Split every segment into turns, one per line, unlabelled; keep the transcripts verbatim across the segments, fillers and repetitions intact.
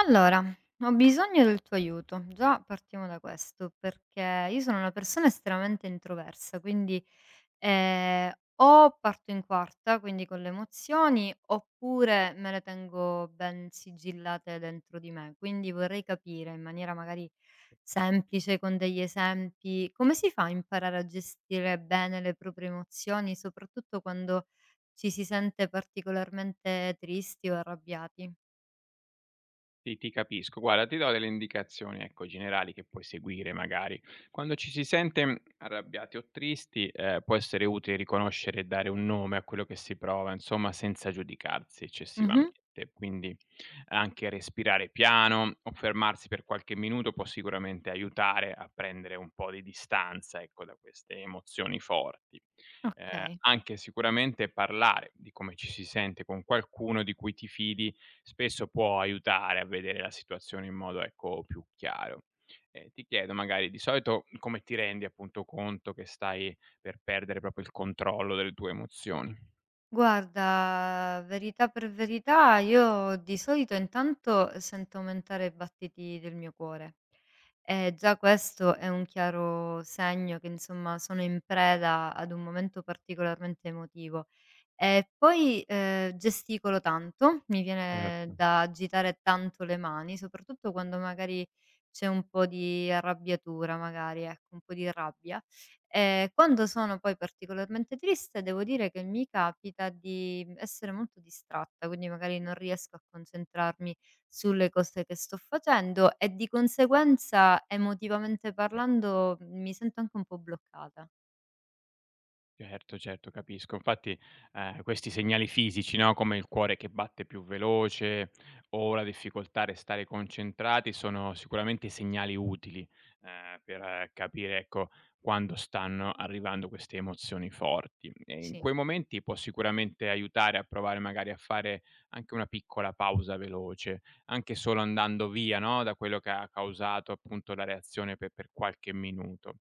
Allora, ho bisogno del tuo aiuto. Già partiamo da questo, perché io sono una persona estremamente introversa, quindi eh, o parto in quarta, quindi con le emozioni, oppure me le tengo ben sigillate dentro di me. Quindi vorrei capire in maniera magari semplice, con degli esempi, come si fa a imparare a gestire bene le proprie emozioni, soprattutto quando ci si sente particolarmente tristi o arrabbiati.
Sì, ti capisco. Guarda, ti do delle indicazioni, ecco, generali che puoi seguire magari. Quando ci si sente mh, arrabbiati o tristi, eh, può essere utile riconoscere e dare un nome a quello che si prova, insomma, senza giudicarsi
Mhm.
eccessivamente. Quindi anche respirare piano o fermarsi per qualche minuto può sicuramente aiutare a prendere un po' di distanza, ecco, da queste emozioni forti. Eh,
Ok.
Anche sicuramente parlare di come ci si sente con qualcuno di cui ti fidi spesso può aiutare a vedere la situazione in modo, ecco, più chiaro. Ehm, ti chiedo magari di solito mhmm, come ti rendi appunto conto che stai per perdere proprio il controllo delle tue emozioni?
Guarda, verità per verità, io di solito intanto sento aumentare i battiti del mio cuore. Eh, già questo è un chiaro segno che insomma sono in preda ad un momento particolarmente emotivo. E poi eh, gesticolo tanto, mi viene
Certo.
da agitare tanto le mani, soprattutto quando magari c'è un po' di arrabbiatura, magari ecco, un po' di rabbia. E quando sono poi particolarmente triste, devo dire che mi capita di essere molto distratta, quindi magari non riesco a concentrarmi sulle cose che sto facendo e di conseguenza emotivamente parlando mi sento anche un po' bloccata.
Certo, certo, capisco. Infatti, ehm, questi segnali fisici, no, come il cuore che batte più veloce o la difficoltà a restare concentrati, sono sicuramente segnali utili, ehm, per eh, capire, ecco, quando stanno arrivando queste emozioni forti. E in
Sì,
quei momenti può sicuramente aiutare a provare magari a fare anche una piccola pausa veloce, anche solo andando via, no, da quello che ha causato appunto la reazione pe per qualche minuto.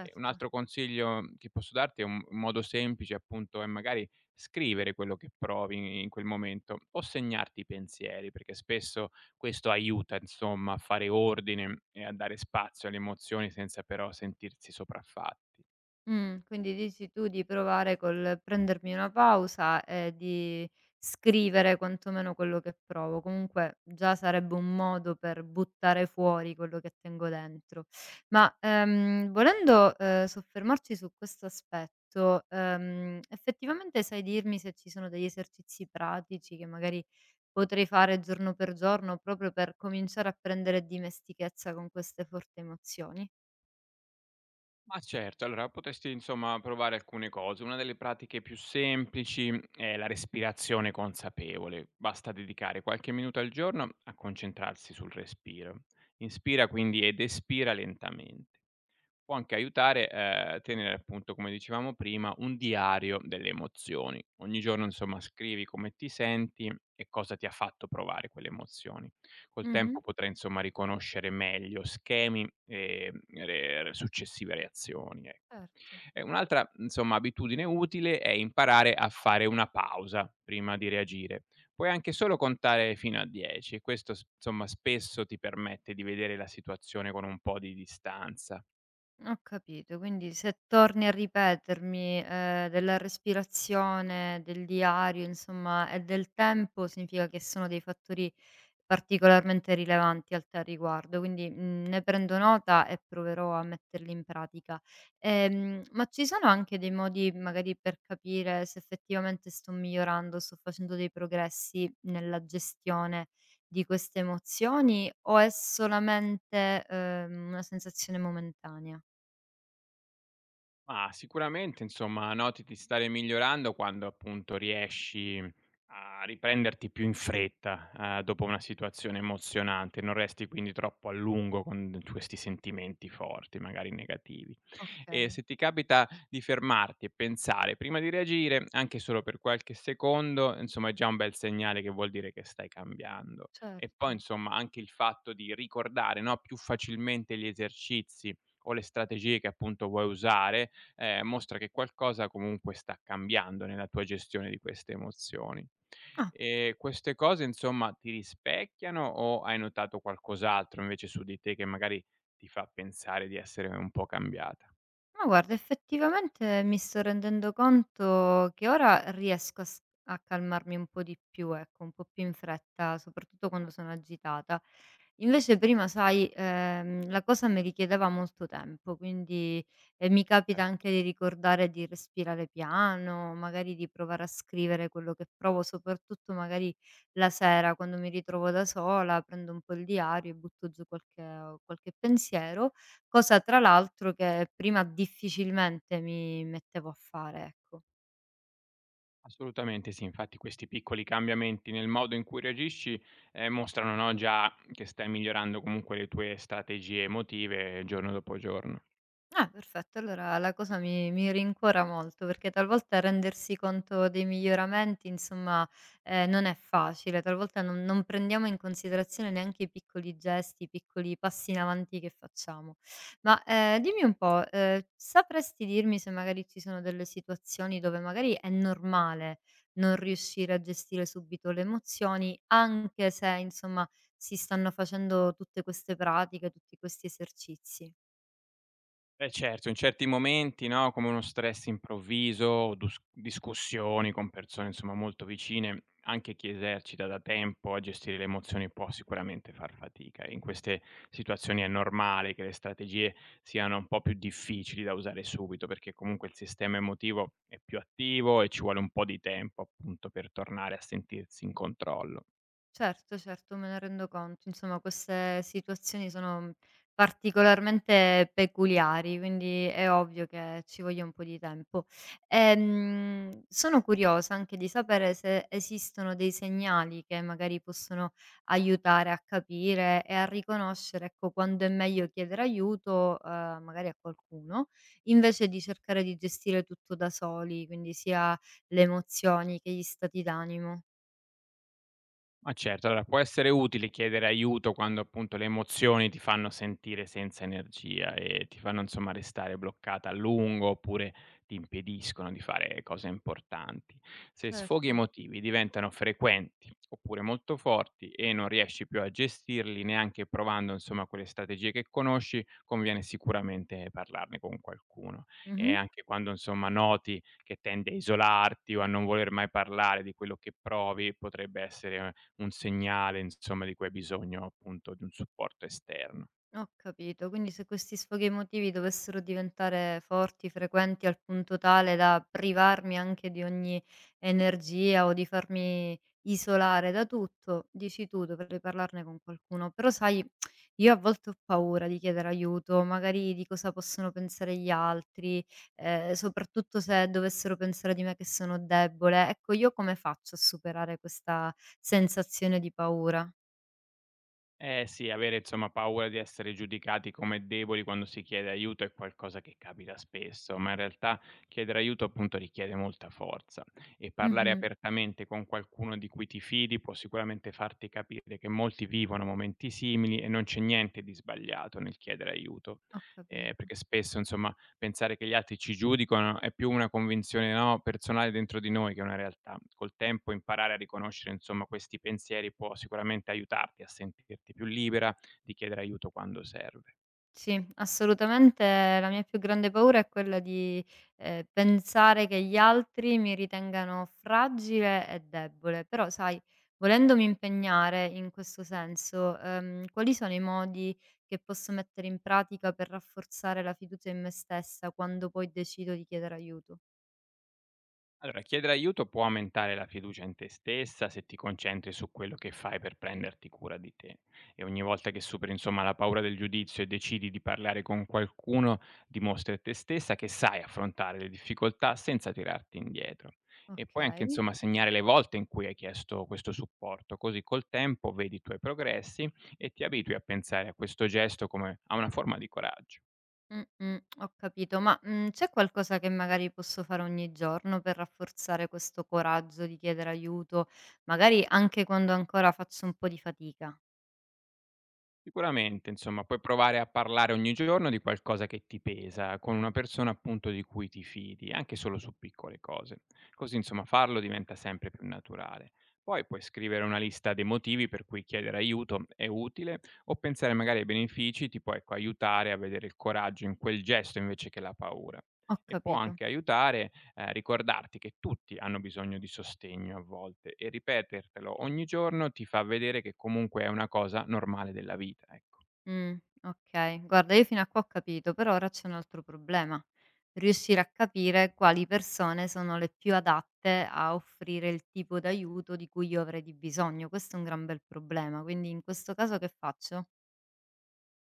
E un altro consiglio che posso darti è un un modo semplice appunto è magari scrivere quello che provi in quel momento o segnarti i pensieri, perché spesso questo aiuta insomma a fare ordine e a dare spazio alle emozioni senza però sentirsi sopraffatti.
Mh, quindi dici tu di provare col prendermi una pausa e di scrivere quantomeno quello che provo. Comunque già sarebbe un modo per buttare fuori quello che tengo dentro. Ma, ehm, volendo, ehm, soffermarci su questo aspetto, ehm, effettivamente sai dirmi se ci sono degli esercizi pratici che magari potrei fare giorno per giorno proprio per cominciare a prendere dimestichezza con queste forti emozioni?
Ma certo, allora potresti insomma provare alcune cose. Una delle pratiche più semplici è la respirazione consapevole. Basta dedicare qualche minuto al giorno a concentrarsi sul respiro. Inspira quindi ed espira lentamente. Può anche aiutare, ehm, tenere appunto, come dicevamo prima, un diario delle emozioni. Ogni giorno insomma scrivi come ti senti e cosa ti ha fatto provare quelle emozioni. Col tempo
Mh-mh.
potrai insomma riconoscere meglio schemi e re re successive reazioni, ecco.
Certo.
E un'altra insomma abitudine utile è imparare a fare una pausa prima di reagire. Puoi anche solo contare fino a dieci e questo s insomma spesso ti permette di vedere la situazione con un po' di distanza.
Ho capito, quindi se torni a ripetermi, ehm, della respirazione, del diario, insomma, e del tempo, significa che sono dei fattori particolarmente rilevanti al te riguardo, quindi, mhmm, ne prendo nota e proverò a metterli in pratica. Ehm, ma ci sono anche dei modi magari per capire se effettivamente sto migliorando, sto facendo dei progressi nella gestione di queste emozioni o è solamente, ehm, una sensazione momentanea?
Mah, sicuramente insomma noti di stare migliorando quando appunto riesci a riprenderti più in fretta, uhm, dopo una situazione emozionante, non resti quindi troppo a lungo con d questi sentimenti forti, magari negativi. E
Okay,
se ti capita di fermarti e pensare prima di reagire, anche solo per qualche secondo, insomma è già un bel segnale che vuol dire che stai cambiando. E
certo.
poi insomma anche il fatto di ricordare, no, più facilmente gli esercizi o le strategie che appunto vuoi usare, ehm, mostra che qualcosa comunque sta cambiando nella tua gestione di queste emozioni.
Ah,
Ehm, queste cose insomma ti rispecchiano o hai notato qualcos'altro invece su di te che magari ti fa pensare di essere un po' cambiata?
ma guarda effettivamente mi sto rendendo conto che ora riesco a s a calmarmi un po' di più, ecco, un po' più in fretta, soprattutto quando sono agitata. Invece prima sai, ehm, la cosa mi richiedeva molto tempo, quindi, ehm, mi capita
Certo.
anche di ricordare di respirare piano, magari di provare a scrivere quello che provo, soprattutto magari la sera quando mi ritrovo da sola, prendo un po' il diario e butto giù qualche qualche pensiero, cosa tra l'altro che prima difficilmente mi mettevo a fare, ecco.
Assolutamente sì, infatti questi piccoli cambiamenti nel modo in cui reagisci, ehm, mostrano, no, già che stai migliorando comunque le tue strategie emotive giorno dopo giorno.
Ah, perfetto. Allora la cosa mi mi rincuora molto, perché talvolta rendersi conto dei miglioramenti, insomma, ehm, non è facile. Talvolta non non prendiamo in considerazione neanche i piccoli gesti, i piccoli passi in avanti che facciamo. Ma, ehm, dimmi un po', ehm, sapresti dirmi se magari ci sono delle situazioni dove magari è normale non riuscire a gestire subito le emozioni, anche se, insomma, si stanno facendo tutte queste pratiche, tutti questi esercizi?
Eh certo, in certi momenti, no, come uno stress improvviso o dus discussioni con persone insomma molto vicine, anche chi esercita da tempo a gestire le emozioni può sicuramente far fatica. In queste situazioni è normale che le strategie siano un po' più difficili da usare subito, perché comunque il sistema emotivo è più attivo e ci vuole un po' di tempo appunto per tornare a sentirsi in controllo.
Certo, certo, me ne rendo conto. Insomma, queste situazioni sono mhmm, particolarmente peculiari, quindi è ovvio che ci voglia un po' di tempo. Ehm, sono curiosa anche di sapere se esistono dei segnali che magari possono aiutare a capire e a riconoscere, ecco, quando è meglio chiedere aiuto, eh, magari a qualcuno, invece di cercare di gestire tutto da soli, quindi sia le emozioni che gli stati d'animo.
Ma certo, allora può essere utile chiedere aiuto quando appunto le emozioni ti fanno sentire senza energia e ti fanno insomma restare bloccata a lungo oppure ti impediscono di fare cose importanti. Se sfoghi
Certo.
emotivi diventano frequenti oppure molto forti e non riesci più a gestirli neanche provando insomma quelle strategie che conosci, conviene sicuramente parlarne con qualcuno. E
Mhm.
anche quando insomma noti che tendi a isolarti o a non voler mai parlare di quello che provi, potrebbe essere un segnale insomma di cui hai bisogno appunto di un supporto esterno.
Ho capito, quindi se questi sfoghi emotivi dovessero diventare forti, frequenti al punto tale da privarmi anche di ogni energia o di farmi isolare da tutto, dici tu, dovrei parlarne con qualcuno. Però sai, io a volte ho paura di chiedere aiuto, magari di cosa possono pensare gli altri, eh, soprattutto se dovessero pensare di me che sono debole. Ecco, io come faccio a superare questa sensazione di paura?
Eh sì, avere insomma paura di essere giudicati come deboli quando si chiede aiuto è qualcosa che capita spesso, ma in realtà chiedere aiuto appunto richiede molta forza e parlare
Mhm.
apertamente con qualcuno di cui ti fidi può sicuramente farti capire che molti vivono momenti simili e non c'è niente di sbagliato nel chiedere aiuto,
Ho
eh,
capito.
perché spesso insomma pensare che gli altri ci giudicano è più una convinzione, no, personale dentro di noi che una realtà. Col tempo imparare a riconoscere, insomma, questi pensieri può sicuramente aiutarti a sentirti più libera di chiedere aiuto quando serve.
Sì, assolutamente la mia più grande paura è quella di, ehm, pensare che gli altri mi ritengano fragile e debole. Però sai, volendomi impegnare in questo senso, ehm, quali sono i modi che posso mettere in pratica per rafforzare la fiducia in me stessa quando poi decido di chiedere aiuto?
Allora, chiedere aiuto può aumentare la fiducia in te stessa se ti concentri su quello che fai per prenderti cura di te. E ogni volta che superi, insomma, la paura del giudizio e decidi di parlare con qualcuno, dimostri a te stessa che sai affrontare le difficoltà senza tirarti indietro. E poi anche,
Okay.
insomma, segnare le volte in cui hai chiesto questo supporto, così col tempo vedi i tuoi progressi e ti abitui a pensare a questo gesto come a una forma di coraggio.
Mh-mh, ho capito, ma, mhmm, c'è qualcosa che magari posso fare ogni giorno per rafforzare questo coraggio di chiedere aiuto, magari anche quando ancora faccio un po' di fatica?
Sicuramente, insomma, puoi provare a parlare ogni giorno di qualcosa che ti pesa, con una persona appunto di cui ti fidi, anche solo su piccole cose. Così, insomma, farlo diventa sempre più naturale. Poi puoi scrivere una lista dei motivi per cui chiedere aiuto è utile o pensare magari ai benefici, ti può ecco, aiutare a vedere il coraggio in quel gesto invece che la paura.
Ho
E può
capito.
anche aiutare eh, ricordarti che tutti hanno bisogno di sostegno a volte e ripetertelo ogni giorno ti fa vedere che comunque è una cosa normale della vita, ecco.
Mh, okay. Guarda, io fino a qua ho capito, però ora c'è un altro problema: riuscire a capire quali persone sono le più adatte a offrire il tipo d'aiuto di cui io avrei di bisogno. Questo è un gran bel problema, quindi in questo caso che faccio?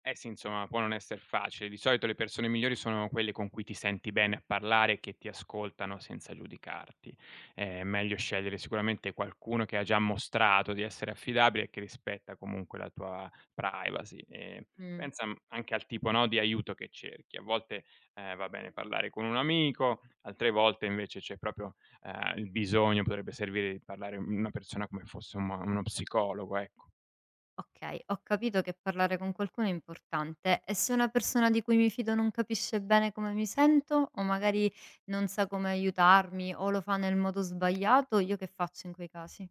Eh sì, insomma, può non esser facile. Di solito le persone migliori sono quelle con cui ti senti bene a parlare e che ti ascoltano senza giudicarti. Eh, È meglio scegliere sicuramente qualcuno che ha già mostrato di essere affidabile e che rispetta comunque la tua privacy. Ehm,
Mh.
pensa, mhmm, anche al tipo, no, di aiuto che cerchi. A volte, ehm, va bene parlare con un amico, altre volte invece c'è proprio, ehm, il bisogno potrebbe servire di parlare con una persona come fosse un uno psicologo, ecco.
Okay, ho capito che parlare con qualcuno è importante e se una persona di cui mi fido non capisce bene come mi sento o magari non sa come aiutarmi o lo fa nel modo sbagliato, io che faccio in quei casi?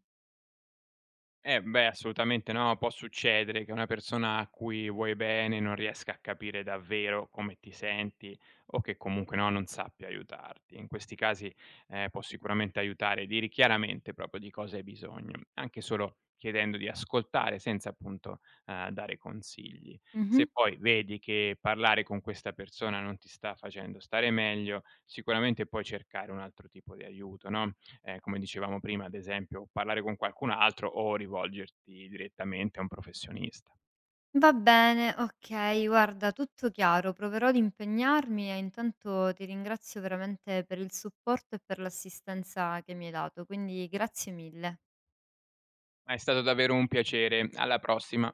Eh beh, assolutamente no, può succedere che una persona a cui vuoi bene non riesca a capire davvero come ti senti o che comunque no, non sappia aiutarti. In questi casi eh, può sicuramente aiutare, a dire chiaramente proprio di cosa hai bisogno, anche solo chiedendo di ascoltare senza appunto eh, dare consigli.
Mh-mh.
Se poi vedi che parlare con questa persona non ti sta facendo stare meglio, sicuramente puoi cercare un altro tipo di aiuto, no? Ehm, come dicevamo prima, ad esempio, parlare con qualcun altro o rivolgerti direttamente a un professionista.
Va bene, okay, guarda tutto chiaro, proverò ad impegnarmi e intanto ti ringrazio veramente per il supporto e per l'assistenza che mi hai dato, quindi grazie mille.
È stato davvero un piacere, alla prossima.